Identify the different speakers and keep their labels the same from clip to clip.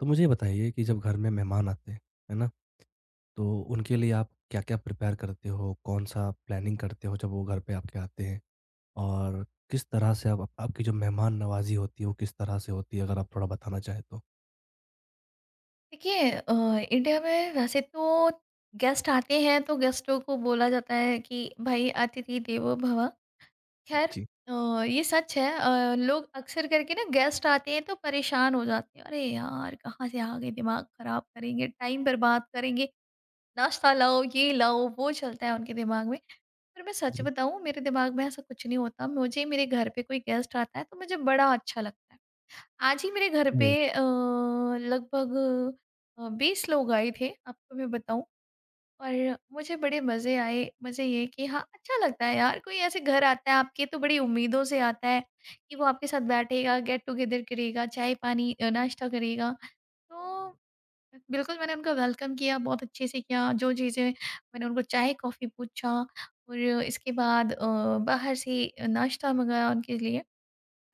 Speaker 1: तो मुझे ये बताइए कि जब घर में मेहमान आते हैं, है ना? तो उनके लिए आप क्या-क्या प्रिपेयर करते हो? कौन-सा प्लानिंग करते हो जब वो घर पे आपके आते हैं? और किस तरह से आप आपकी जो मेहमान नवाज़ी होती है, वो किस तरह से होती है? अगर आप थोड़ा बताना चाहें तो।
Speaker 2: देखिए इंडिया में वैसे तो गेस्ट आते हैं तो गेस्टों को बोला जाता है कि भाई अतिथि देवो भव खैर
Speaker 1: जी।
Speaker 2: अ, ये सच है। लोग अक्सर करके ना गेस्ट आते हैं तो परेशान हो जाते हैं, अरे यार कहाँ से आ गए, दिमाग खराब करेंगे, टाइम बर्बाद करेंगे, नाश्ता लाओ, ये लाओ वो, चलता है उनके दिमाग में। पर मैं सच
Speaker 1: जी।
Speaker 2: बताऊं, मेरे दिमाग में ऐसा कुछ नहीं होता। मुझे मेरे घर पे कोई गेस्ट आता है तो मुझे बड़ा अच्छा लगता है। आज ही मेरे घर पे
Speaker 1: हुँ।
Speaker 2: लगभग 20 लोग आए थे, आपको मैं बताऊँ, और मुझे बड़े मज़े आए। मज़े ये कि हाँ, अच्छा लगता है यार, कोई ऐसे घर आता है आपके तो बड़ी उम्मीदों से आता है कि वो आपके साथ बैठेगा, गेट टुगेदर करेगा, चाय-पानी नाश्ता करेगा। तो बिल्कुल मैंने उनका वेलकम किया, बहुत अच्छे से किया, जो चीज़ें मैंने उनको चाय-कॉफ़ी पूछा और इसके बाद बाहर से नाश्ता मँगाया उनके लिए।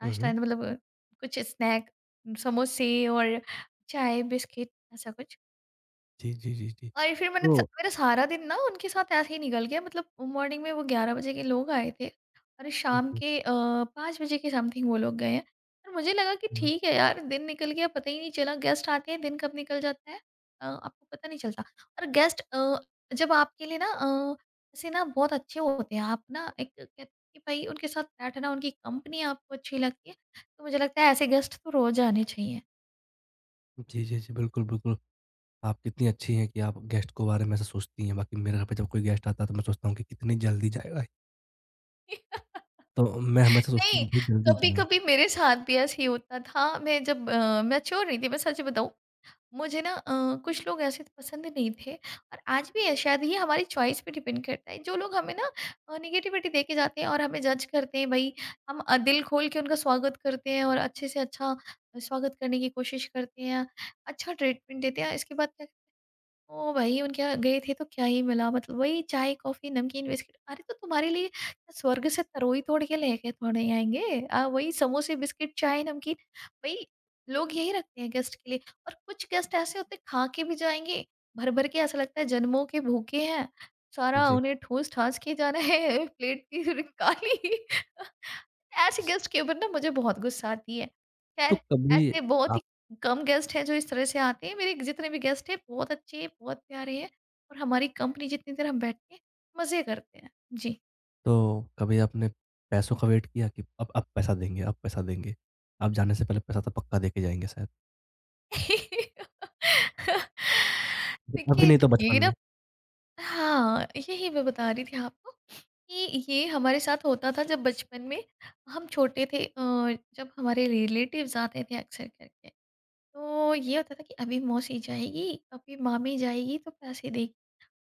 Speaker 1: हुँ,
Speaker 2: नाश्ता
Speaker 1: हुँ।
Speaker 2: मतलब कुछ स्नैक, समोसे और चाय बिस्किट ऐसा कुछ?
Speaker 1: जी, जी, जी, जी।
Speaker 2: और फिर मैंने स
Speaker 1: तो
Speaker 2: मेरा सारा दिन ना उनके साथ ऐसे ही निकल गया। मतलब मॉर्निंग में वो 11 बजे के लोग आए थे और शाम
Speaker 1: जी,
Speaker 2: के 5 बजे के समथिंग वो लोग गए हैं। और मुझे लगा कि
Speaker 1: हुँ।
Speaker 2: ठीक है यार, दिन निकल गया पता ही नहीं चला। गेस्ट आते हैं दिन कब निकल जाता है आपको पता नहीं चलता। और गेस्ट जब आपके लिए ना ऐसे ना बहुत अच्छे होते हैं, आप ना एक कहते हैं कि भाई उनके साथ बैठना, उनकी कंपनी आपको अच्छी लगती है, तो मुझे लगता है ऐसे गेस्ट तो रोज़ आने चाहिए।
Speaker 1: जी, जी, जी। बिल्कुल, बिल्कुल। आप कितनी अच्छी हैं कि आप गेस्ट के बारे में ऐसा सोचती हैं। बाकी मेरे घर पे जब कोई गेस्ट आता है तो मैं सोचता हूँ कि कितनी जल्दी जाएगा ये। तो मैं हमेशा सोचता
Speaker 2: नहीं,
Speaker 1: हूँ कि जल्दी जाए।
Speaker 2: कभी-कभी मेरे साथ भी ऐसे ही होता था। मैं जब मैच्योर नहीं थी, मैं सच बताऊँ। मुझे ना कुछ लोग ऐसे तो पसंद नहीं थे, और आज भी है शायद। ये हमारी चॉइस पे डिपेंड करता है। जो लोग हमें ना नेगेटिविटी दे के जाते हैं और हमें जज करते हैं, भई, हम दिल खोल के उनका स्वागत करते हैं और अच्छे से अच्छा स्वागत करने की कोशिश करते हैं, अच्छा ट्रीटमेंट देते हैं। इसके बाद क्या, ओ भाई! उनके यहाँ गए थे तो क्या ही मिला, मतलब वही चाय, कॉफ़ी, नमकीन, बिस्किट। अरे! तो तुम्हारे लिए क्या स्वर्ग से तरोई तोड़ के लेके थोड़े आएँगे। वही समोसे, बिस्किट, चाय, नमकीन, वही लोग यही रखते हैं गेस्ट के लिए। और कुछ गेस्ट ऐसे होते हैं खा के भी जाएँगे, भर-भर के, ऐसा लगता है जन्मों के भूखे हैं, सारा
Speaker 1: जी,
Speaker 2: उन्हें ठूस-ठास के जाना है प्लेट की काली। ऐसे
Speaker 1: जी।
Speaker 2: गेस्ट के ऊपर ना मुझे बहुत गुस्सा आती है।
Speaker 1: तो
Speaker 2: ख़ैर,
Speaker 1: कभी
Speaker 2: ऐसे बहुत
Speaker 1: आप
Speaker 2: ही कम गेस्ट हैं जो इस तरह से आते हैं। मेरे जितने भी गेस्ट हैं बहुत अच्छे, बहुत प्यारे हैं और हमारी कंपनी जितनी देर हम बैठते हैं, मज़े करते हैं। जी।
Speaker 1: तो कभी आपने पैसों का वेट किया कि अब पैसा देंगे, अब पैसा देंगे? आप जाने से पहले पैसा तो पक्का देके जाएँगे शायद।
Speaker 2: देखिए,
Speaker 1: अभी नहीं तो बचपन
Speaker 2: ये ना,
Speaker 1: में।
Speaker 2: हाँ, यही मैं बता रही थी आपको कि ये हमारे साथ होता था जब बचपन में हम छोटे थे। जब हमारे रिलेटिव्स आते थे अक्सर करके, तो ये होता था कि अभी मौसी जाएगी, अभी मामी जाएगी तो पैसे देगी।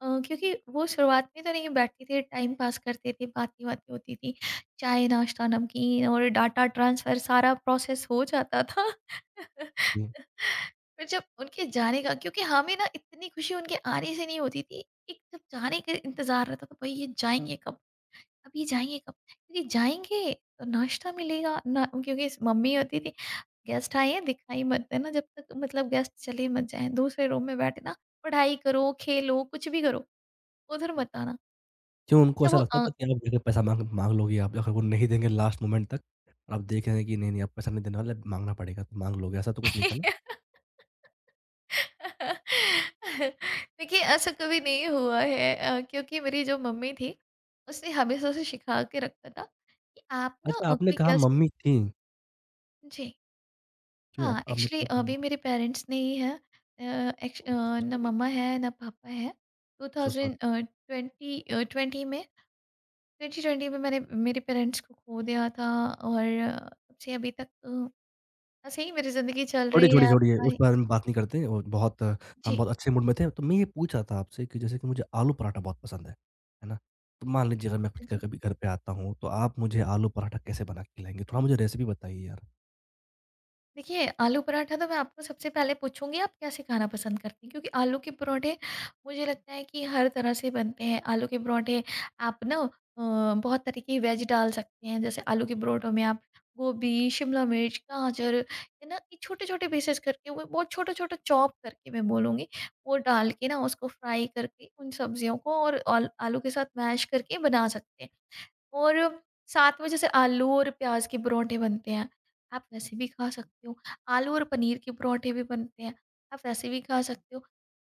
Speaker 2: क्योंकि वो शुरुआत में तो नहीं बैठते थे, टाइम पास करते थे, बातें-वातें होती थी। चाय, नाश्ता, नमकीन और डाटा ट्रांसफ़र सारा प्रोसेस हो जाता था।
Speaker 1: जी।
Speaker 2: फिर जब उनके जाने का, क्योंकि हमें ना इतनी खुशी उनके आने से नहीं होती थी, एक जब जाने का इंतज़ार रहता था, भाई ये जाएँगे कब? अभी जाएँगे कब? क्योंकि जाएँगे तो नाश्ता मिलेगा ना। क्योंकि मम्मी होती थी, "गेस्ट आए हैं, दिखाई मत देना जब तक, मतलब गेस्ट चले मत जाएँ, दूसरे रूम में बैठना, पढ़ाई करो, खेलो, कुछ भी करो, उधर मत आना।"
Speaker 1: क्यों
Speaker 2: क्योंकि
Speaker 1: उनको
Speaker 2: जब
Speaker 1: ऐसा
Speaker 2: वो
Speaker 1: लगता
Speaker 2: अ
Speaker 1: था कि आप जाके पैसा माँग माँग लोगे आप अगर वो नहीं देंगे लास्ट मोमेंट तक और आप देख रहे हैं कि नहीं, नहीं अब पैसा नहीं देने वाले, माँगना पड़ेगा तो माँग लोगे, ऐसा तो कुछ नहीं था ना?
Speaker 2: देखिए ऐसा कभी नहीं हुआ है। क्योंकि मेरी जो मम्मी थी, उसने हमेशा से सिखा के रखा था कि आप ना
Speaker 1: अच्छा आपने
Speaker 2: कोई
Speaker 1: कहा
Speaker 2: गेस्ट
Speaker 1: मम्मी थीं,
Speaker 2: जी।
Speaker 1: क्यों
Speaker 2: हाँ,
Speaker 1: अब
Speaker 2: एक्चुअली
Speaker 1: मतलब
Speaker 2: अभी
Speaker 1: हुँ,
Speaker 2: मेरे पेरेंट्स नहीं है। अ, एक्च अ, ना
Speaker 1: सॉरी
Speaker 2: मम्मा है ना पापा है।
Speaker 1: सो
Speaker 2: 2000 अ,
Speaker 1: सॉरी।
Speaker 2: 20 अ, 20 में 2020 में मैंने मेरे पेरेंट्स को खो दिया था और तब से अभी तक ऐसे ही मेरी ज़िंदगी चल
Speaker 1: छोड़िए,
Speaker 2: रही
Speaker 1: छोड़िए,
Speaker 2: है।
Speaker 1: छोड़िए,
Speaker 2: अपना
Speaker 1: उस
Speaker 2: ही,
Speaker 1: बारे में बात नहीं करते और बहुत हम
Speaker 2: जी,
Speaker 1: बहुत अच्छे मूड में थे। तो मैं ये पूछ रहा था आपसे कि जैसे कि मुझे आलू पराठा बहुत पसंद है ना? तो मान लीजिए अगर मैं
Speaker 2: हाँ
Speaker 1: क
Speaker 2: जी।
Speaker 1: कभी घर पे आता हूँ, तो आप मुझे आलू पराठा कैसे बना के खिलाएँगे? थोड़ा मुझे रेसिपी बताइए यार।
Speaker 2: देखिए, आलू पराठा तो मैं आपको सबसे पहले पूछूँगी आप कैसे खाना पसंद करती हैं? क्योंकि आलू के पराठे मुझे लगता है कि हर तरह से बनते हैं। आलू के पराठे आप ना अ, बहुत तरह की वेज डाल सकते हैं। जैसे आलू के पराठों में आप गोभी, शिमला मिर्च, गाजर है ना, ये छोटे-छोटे पीसेस करके, वो बहुत छोटा-छोटा चॉप करके मैं बोलूँगी, वो डाल के ना उसको फ्राई करके उन सब्जियों को और आल आलू के साथ मैश करके बना सकते हैं। और साथ में जैसे आलू और प्याज के परोंठे बनते हैं, आप वैसे भी खा सकते हो। आलू और पनीर के परोंठे भी बनते हैं, आप वैसे भी खा सकते हो।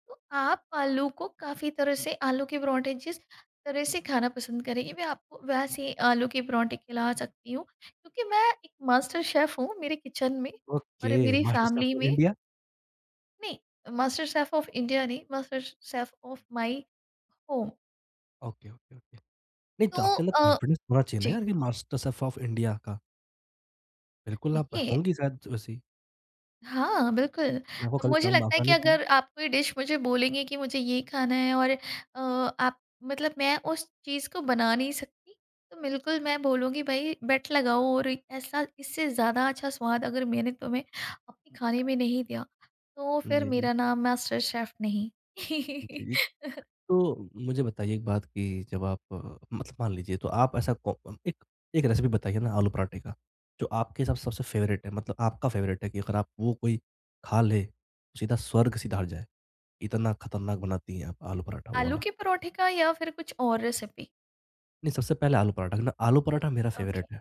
Speaker 2: तो आप आलू को काफ़ी तरह से, आलू के परोंठे जिस तरह से खाना पसंद करेंगे, मैं आपको वैसे ही आलू के परोंठे खिला सकती हूँ। क्योंकि मैं एक मास्टर शेफ़ हूँ मेरे किचन में और
Speaker 1: ओके,
Speaker 2: मेरी
Speaker 1: मास्टर
Speaker 2: फैमिली
Speaker 1: शेफ़ ऑफ
Speaker 2: में।
Speaker 1: इंडिया?
Speaker 2: नहीं, मास्टर शेफ़ ऑफ़ इंडिया नहीं, master chef of my home.
Speaker 1: Okay, okay, okay. नहीं तो
Speaker 2: तो
Speaker 1: आपके अंदर कॉन्फिडेंस होना चाहिए ना
Speaker 2: जी,
Speaker 1: यार कि मास्टर शेफ़ ऑफ इंडिया का। बिल्कुल आप
Speaker 2: देखिए,
Speaker 1: होंगी शायद वैसी।
Speaker 2: हाँ, बिल्कुल।
Speaker 1: आपको कभी
Speaker 2: मुझे
Speaker 1: काम
Speaker 2: लगता है
Speaker 1: आता
Speaker 2: कि
Speaker 1: नहीं थी।
Speaker 2: अगर आप कोई डिश मुझे बोलेंगे कि मुझे ये खाना है, और आप मतलब मैं उस चीज़ को बना नहीं सकती, तो बिल्कुल मैं बोलूँगी भई बेट लगाओ, और ऐसा, इससे ज़्यादा अच्छा स्वाद अगर मैंने तुम्हें अपने खाने में नहीं दिया, तो फिर
Speaker 1: जी, जी।
Speaker 2: मेरा नाम मास्टर शेफ़ नहीं।
Speaker 1: जी, जी। तो मुझे बताइए एक बात कि जब आप मतलब मान लीजिए तो आप ऐसा कौ एक एक रेसिपी बताइए ना आलू पराठे का, जो आपके हिसाब से सबसे फ़ेवरेट है मतलब आपका फ़ेवरेट है कि अगर आप वो कोई खा ले, तो सीधा स्वर्ग सीधा हट जाए। इतना खतरनाक बनाती हैं आप आलू पराठा वो
Speaker 2: आलू
Speaker 1: वाला।
Speaker 2: के परोठे का या फिर कुछ और रेसिपी?
Speaker 1: नहीं सबसे पहले आलू पराठा मेरा
Speaker 2: ओके,
Speaker 1: फ़ेवरेट है।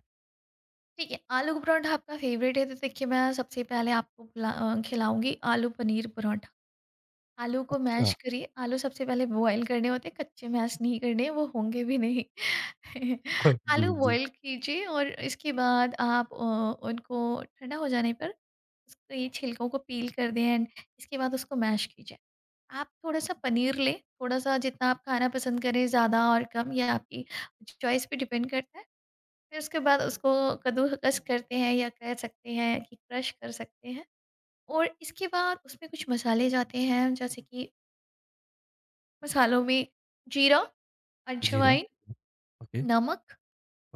Speaker 2: ठीक है। आलू का पराठा आपका फ़ेवरेट है, तो देखिए मैं सबसे पहले आपको खिलाऊँगी आलू पनीर पराठा। आलू को
Speaker 1: अच्छा।
Speaker 2: मैश करिए, आलू सबसे पहले बॉयल करने होते हैं, कच्चे मैश नहीं करने, वो होंगे भी नहीं।
Speaker 1: जी,
Speaker 2: आलू
Speaker 1: जी।
Speaker 2: बॉयल कीजिए और इसके बाद आप उनको ठंडा हो जाने पर उसके ये छिलकों को पील कर दें एंड इसके बाद उसको मैश कीजिए। आप थोड़ा-सा पनीर लें, थोड़ा-सा जितना आप खाना पसंद करें, ज़्यादा और कम, ये आपकी चॉइस पे डिपेंड करता है। फिर उसके बाद उसको कद्दूकस करते हैं, या कह सकते हैं कि क्रश कर सकते हैं, और इसके बाद उसमें कुछ मसाले जाते हैं जैसे कि मसालों में जीरा,
Speaker 1: जी ना।
Speaker 2: अजवाइन,
Speaker 1: ओके,
Speaker 2: नमक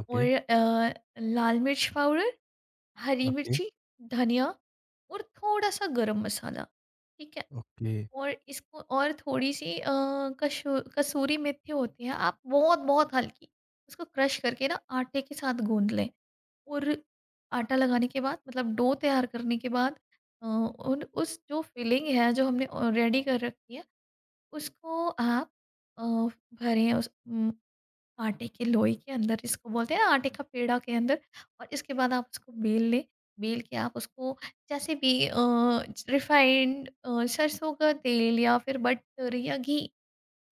Speaker 1: ओके,
Speaker 2: और लाल मिर्च पाउडर, हरी
Speaker 1: ओके,
Speaker 2: मिर्ची, धनिया और थोड़ा-सा गरम मसाला, ठीक है?
Speaker 1: ओके।
Speaker 2: और इसको, और थोड़ी-सी कशू कसूरी मेथी होती है, आप बहुत-बहुत हल्की, उसको क्रश करके ना आटे के साथ गूँध लें और आटा लगाने के बाद, मतलब डो तैयार करने के बाद, अ, उन उस जो फिलिंग है, जो हमने ऑ रेडी कर रखी है, उसको आप अ, भरें उस आटे के लोई के अंदर, इसको बोलते हैं ना आटे का पेड़ा, के अंदर, और इसके बाद आप उसको बेल लें। बेल के आप उसको जैसे भी, रिफाइंड सरसों का तेल या फिर बटर या घी,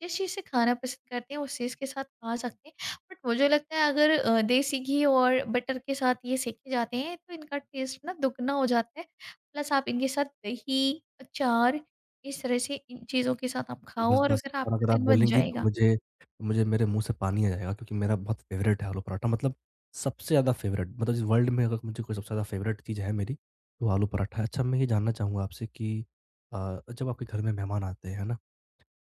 Speaker 2: जिस चीज़ से खाना पसंद करते हैं उस चीज़ के साथ खा सकते हैं। बट मुझे लगता है अगर देसी घी और बटर के साथ ये सेके जाते हैं तो इनका टेस्ट ना दुगना हो जाता है। प्लस आप इनके साथ दही, अचार, इस तरह से इन चीज़ों के साथ आप खाओ
Speaker 1: बस,
Speaker 2: और
Speaker 1: बस
Speaker 2: फिर
Speaker 1: और अगर
Speaker 2: आपका
Speaker 1: आप
Speaker 2: दिन बन
Speaker 1: बोलेंगी तो
Speaker 2: जाएगा।
Speaker 1: मुझे मुझे मेरे मुँह से पानी आ जाएगा क्योंकि मेरा बहुत फ़ेवरेट है आलू पराठा मतलब सबसे ज़्यादा फ़ेवरेट मतलब इस वर्ल्ड में अगर मुझे कोई सबसे ज़्यादा फ़ेवरेट चीज़ है मेरी, तो आलू पराठा है। अच्छा मैं ये जानना चाहूँगा आपसे कि जब आपके घर में मेहमान आते हैं, है ना?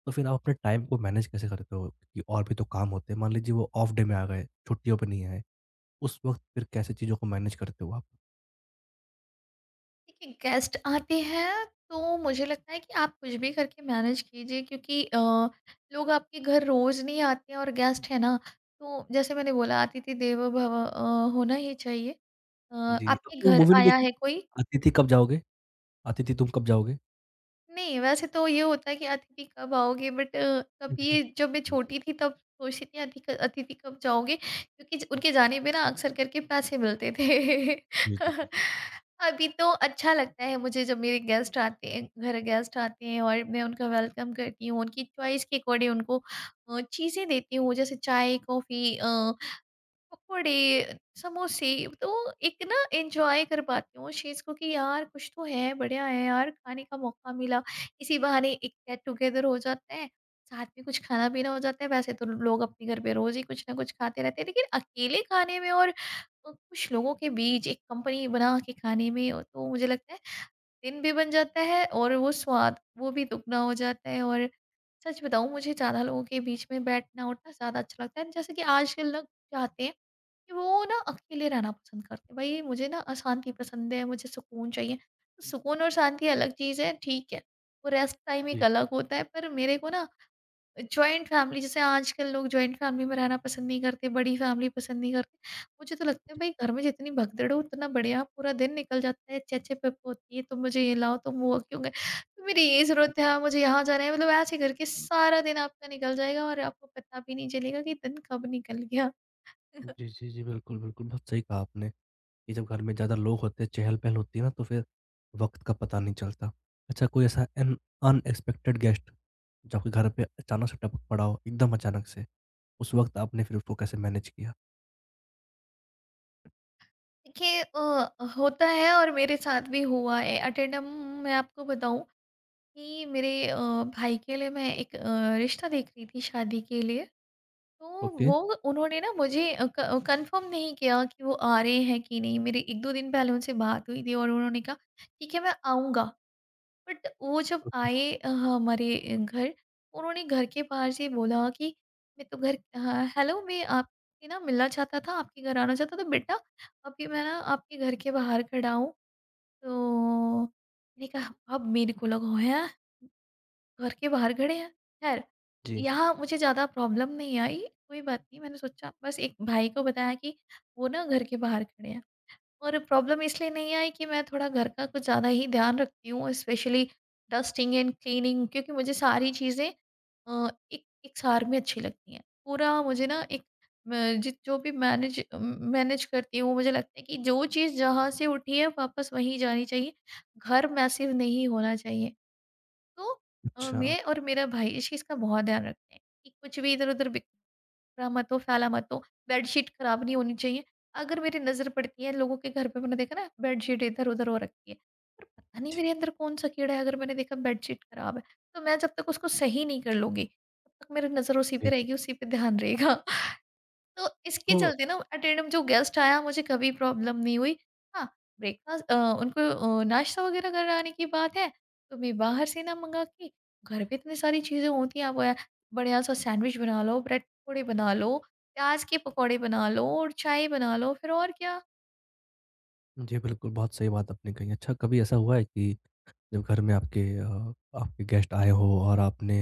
Speaker 1: तो फिर आप अपने टाइम को मैनेज कैसे करते हो? कि और भी तो काम होते हैं। मान लीजिए वो ऑफ डे में आ गए, छुट्टियों पे नहीं आए, उस वक़्त फिर कैसे चीज़ों को मैनेज करते हो आप?
Speaker 2: देखिए, गेस्ट आते हैं तो मुझे लगता है कि आप कुछ भी करके मैनेज कीजिए क्योंकि लोग आपके घर रोज नहीं आते हैं, और गेस्ट है ना, तो जैसे मैंने बोला अतिथि देवो भव होना ही चाहिए। अ,
Speaker 1: जी, तो
Speaker 2: आपके
Speaker 1: आपने वो
Speaker 2: घर
Speaker 1: मूवी नहीं
Speaker 2: आया
Speaker 1: देखी?
Speaker 2: है कोई।
Speaker 1: अतिथि कब जाओगे? अतिथि तुम कब जाओगे?
Speaker 2: नहीं, वैसे तो ये होता है कि अतिथि कब आओगे, बट कभी जब मैं
Speaker 1: जी,
Speaker 2: छोटी थी तब सोचती थी अतिथि कब जाओगे, क्योंकि ज उनके जाने पे ना अक्सर करके पैसे मिलते थे।
Speaker 1: जी, जी, जी,
Speaker 2: अभी तो अच्छा लगता है मुझे जब मेरे गेस्ट आते हैं घर, गेस्ट आते हैं और मैं उनका वेलकम करती हूँ, उनकी चॉइस के अकॉर्डिंग उनको चीज़ें देती हूँ जैसे चाय, कॉफ़ी पकोड़े, समोसे, तो एक ना एन्जॉय कर पाती हूँ उस चीज़ को कि यार कुछ तो है, बढ़िया है यार, खाने का मौका मिला। इसी बहाने एक गेट टुगेदर हो जाता है, साथ में कुछ खाना-पीना हो जाता है। वैसे तो लोग अपने घर पे रोज़ ही कुछ ना कुछ खाते रहते हैं, लेकिन अकेले खाने में, और कुछ लोगों के बीच एक कंपनी बना के खाने में, तो मुझे लगता है दिन भी बन जाता है और वो स्वाद वो भी दुगना हो जाता है। और सच बताऊँ मुझे ज़्यादा लोगों के बीच में बैठना-उठना ज़्यादा अच्छा लगता है। जैसे कि आजकल लोग चाहते हैं कि वो ना अकेले रहना पसंद करते हैं। भई मुझे ना अशांति पसंद है, मुझे सुकून चाहिए। सुकून और शांति अलग चीज़ है, ठीक है। वो रेस्ट टाइम एक
Speaker 1: जी।
Speaker 2: अलग होता है, पर मेरे को ना, जॉइंट फैमिली, जैसे आजकल लोग जॉइंट फैमिली में रहना पसंद नहीं करते, बड़ी फैमिली पसंद नहीं करते। मुझे तो लगता है भई घर में जितनी भगदड़ हो उतना बढ़िया, पूरा दिन निकल जाता है, चहचह-पह-पह होती है, तुम मुझे ये लाओ, तुम वो क्यों गए? तो मेरी ये ज़रूरत है, हाँ, मुझे यहाँ जाना है। मतलब ऐसे करके सारा दिन आपका निकल जाएगा और आपको पता भी नहीं चलेगा कि दिन कब निकल गया।
Speaker 1: जी, जी, जी। बिल्कुल, बिल्कुल, बहुत सही कहा आपने कि जब घर में ज़्यादा लोग होते हैं, चहल-पहल होती है ना, तो फिर वक़्त का पता नहीं चलता। अच्छा कोई ऐसा अन अनएक्सपेक्टेड गेस्ट जो आपके घर पे अचानक से टपक पड़ा हो, एकदम अचानक से, उस वक़्त आपने फिर उसको कैसे मैनेज किया?
Speaker 2: देखिए होता है और मेरे साथ भी हुआ है अटेंडम मैं आपको बताऊं कि मेरे भाई के लिए मैं एक रिश्ता देख रही थी शादी के लिए। तो
Speaker 1: ओके,
Speaker 2: वो उन्होंने ना मुझे कंफर्म नहीं किया कि वो आ रहे हैं कि नहीं। मेरी एक दो दिन पहले उनसे बात हुई थी और उन्होंने कहा ठीक है मैं आऊँगा। बट वो जब
Speaker 1: ओके।
Speaker 2: आए हमारे घर, उन्होंने घर के बाहर से बोला कि मैं तो घर हाँ, हेलो मैं आपसे ना मिलना चाहता था, आपके घर आना चाहता था तो बेटा अभी मैं ना आपके घर के बाहर खड़ा हूँ। तो मैंने कहा अब मेरे को लगा है घर के बाहर खड़े हैं, खैर।
Speaker 1: जी,
Speaker 2: यहाँ मुझे ज़्यादा प्रॉब्लम नहीं आई। कोई बात नहीं, मैंने सोचा बस एक भाई को बताया कि वो ना घर के बाहर खड़े हैं। और प्रॉब्लम इसलिए नहीं आई कि मैं थोड़ा घर का कुछ ज़्यादा ही ध्यान रखती हूँ, स्पेशली डस्टिंग एंड क्लीनिंग, क्योंकि मुझे सारी चीज़ें एक एक सार में अच्छी लगती हैं। पूरा मुझे ना एक मैं जि जो भी मैनेज मैनेज करती हूँ, मुझे लगता है कि जो चीज़ जहाँ से उठी है वापस वहीं जानी चाहिए। घर मैसिव नहीं होना चाहिए। तो
Speaker 1: अच्छा,
Speaker 2: मैं और मेरा भाई इस चीज़ का बहुत ध्यान रखते हैं कि कुछ भी इधर-उधर बिक कपड़ा मत हो, फैला मत हो, बेडशीट खराब नहीं होनी चाहिए। अगर मेरी नज़र पड़ती है लोगों के घर पे, मैंने देखा ना बेडशीट इधर-उधर हो रखी है। पर पता नहीं
Speaker 1: ठीक
Speaker 2: मेरे अंदर कौन-सा कीड़ा है, अगर मैंने देखा बेडशीट खराब है, तो मैं जब तक उसको सही नहीं कर लूँगी, तब तक मेरी नज़र उसी पे
Speaker 1: है।
Speaker 2: रहेगी, उसी पे ध्यान रहेगा। तो इसके
Speaker 1: तो
Speaker 2: चलते ना अटेंडम जो गेस्ट आया मुझे कभी प्रॉब्लम नहीं हुई। हाँ, ब्रेकफ़ास्ट उनको नाश्ता वग़ैरह कराने की बात है, तो मैं बाहर से ना मँगा के घर पे इतनी सारी चीज़ें होती हैं, आप बढ़िया-सा सैंडविच बना लो, ब्रेड पकौड़े बना लो, प्याज़ के पकौड़े बना लो और चाय बना लो, फिर और क्या?
Speaker 1: जी, बिल्कुल, बहुत सही बात आपने कही। अच्छा कभी ऐसा हुआ है कि जब घर में आपके आपके गेस्ट आए हों और आपने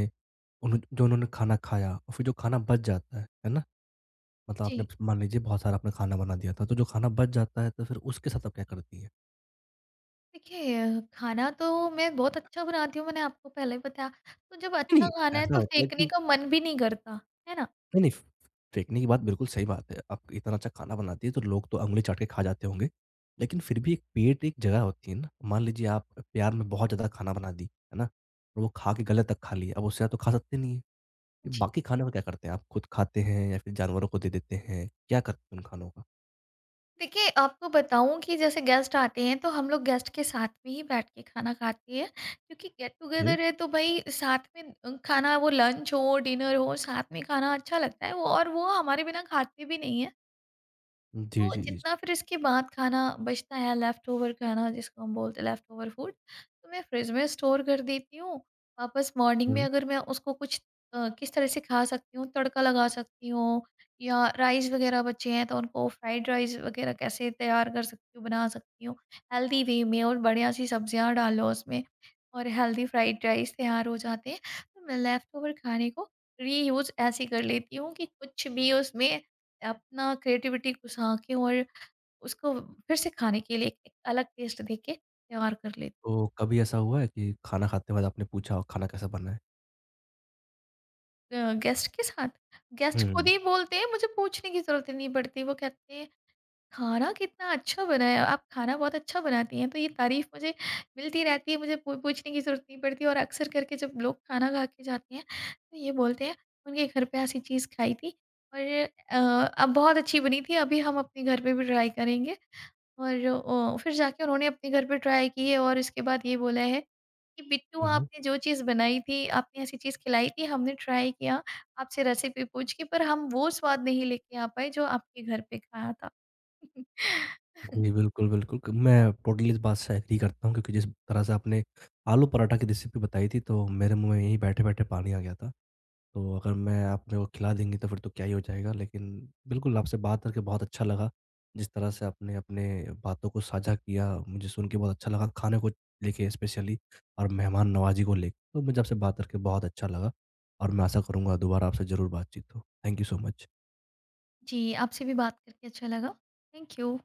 Speaker 1: उन्हों जो उन्होंने खाना खाया और फिर जो खाना बच जाता है ना? मतलब
Speaker 2: जी।
Speaker 1: आपने मान लीजिए बहुत सारा आपने खाना बना दिया था, तो जो खाना बच जाता है, तो फिर उसके साथ आप क्या करती हैं?
Speaker 2: देखिए खाना तो मैं बहुत अच्छा बनाती हूँ, मैंने आपको पहले बताया। तो जब
Speaker 1: नहीं,
Speaker 2: अच्छा खाना
Speaker 1: नहीं।
Speaker 2: है
Speaker 1: ऐसा
Speaker 2: तो
Speaker 1: होता है
Speaker 2: फेंकने
Speaker 1: कि
Speaker 2: का मन भी नहीं करता, है ना?
Speaker 1: नहीं, नहीं, फेंकने की बात बिल्कुल सही बात है। आप इतना अच्छा खाना बनाती हैं, तो लोग तो ऊँगली चाट के खा जाते होंगे। लेकिन फिर भी एक पेट एक जगह होती है ना, मान लीजिए आप प्यार में बहुत ज़्यादा खाना बना दी, है ना? और वो खा के गले तक खा लिया, अब उससे ज़्यादा तो खा सकते नहीं हैं। फिर बाकी खाने का क्या करते हैं? आप खुद खाते हैं या फिर जानवरों को दे देते हैं? क्या करते हैं उन खानों का?
Speaker 2: देखिए, आपको बताऊँ कि जैसे गेस्ट आते हैं, तो हम लोग गेस्ट के साथ में ही बैठ के खाना खाते हैं क्योंकि
Speaker 1: ओके।
Speaker 2: गेट-टुगेदर है तो भई साथ में खाना वो लंच हो, डिनर हो, साथ में खाना अच्छा लगता है वो, और वो हमारे बिना खाते भी नहीं हैं।
Speaker 1: जी, जी,
Speaker 2: तो
Speaker 1: जी, जी।
Speaker 2: जितना फिर इसके बाद खाना बचता है, लेफ्ट ओवर खाना जिसको हम बोलते हैं लेफ्ट ओवर फूड, तो मैं फ्रिज में स्टोर कर देती हूँ। वापस मॉर्निंग में
Speaker 1: हुँ।
Speaker 2: अगर मैं उसको कुछ किस तरह से खा सकती हूँ, तड़का लगा सकती हूँ, या राइस वगैरह बचे हैं तो उनको फ्राइड राइस वगैरह कैसे तैयार कर सकती हूँ, बना सकती हूँ हेल्दी वे में, और बढ़िया सी सब्जियाँ डालो उसमें और हेल्दी फ्राइड राइस तैयार हो जाते हैं। तो मैं लेफ्ट ओवर खाने को रीयूज ऐसे कर लेती हूँ कि कुछ भी उसमें अपना क्रिएटिविटी को झाँके और उसको फिर से खाने के लिए एक अलग टेस्ट देके तैयार कर लेती।
Speaker 1: तो कभी ऐसा हुआ है कि खाना खाते वक़्त आपने पूछा हो, "खाना कैसा बना है?"
Speaker 2: गेस्ट के साथ। गेस्ट खुद
Speaker 1: हुँ।
Speaker 2: ही बोलते हैं, मुझे पूछने की ज़रूरत ही नहीं पड़ती। वो कहते हैं खाना कितना अच्छा बना है, आप खाना बहुत अच्छा बनाती हैं। तो ये तारीफ़ मुझे मिलती रहती है, मुझे पू पूछने की ज़रूरत नहीं पड़ती। और अक्सर करके जब लोग खाना खा के जाते हैं तो ये बोलते हैं उनके घर पे ऐसी चीज़ खाई थी और अ, अब बहुत अच्छी बनी थी, अभी हम अपने घर पे भी ट्राई करेंगे। और फिर जाके उन्होंने अपने घर पे ट्राई किए और इसके बाद ये बोला है कि बिट्टू
Speaker 1: हुँ, हुँ।
Speaker 2: आपने जो चीज़ बनाई थी, आपने ऐसी चीज़ खिलाई थी, हमने ट्राई किया, आपसे रेसिपी पूछ के, पर हम वो स्वाद नहीं लेके आ पाए जो आपके घर पे खाया था।
Speaker 1: जी, बिल्कुल, बिल्कुल क मैं टोटली इस बात से एग्री करता हूँ क्योंकि जिस तरह से आपने आलू पराठा की रेसिपी बताई थी तो मेरे मुँह में यहीं बैठे-बैठे पानी आ गया था। तो अगर मैं आप मेरे को खिला देंगी तो फिर तो क्या ही हो जाएगा लेकिन बिल्कुल आपसे बात करके बहुत अच्छा लगा। जिस तरह से आपने अपने बातों को साझा किया मुझे सुन के बहुत अच्छा लगा खाने को लेके स्पेशली और मेहमान नवाज़ी को लेके। तो मुझे आपसे बात करके बहुत अच्छा लगा और मैं आशा करूँगा दोबारा आपसे ज़रूर बातचीत हो। Thank you so much.
Speaker 2: जी, आपसे भी बात करके अच्छा लगा। Thank you.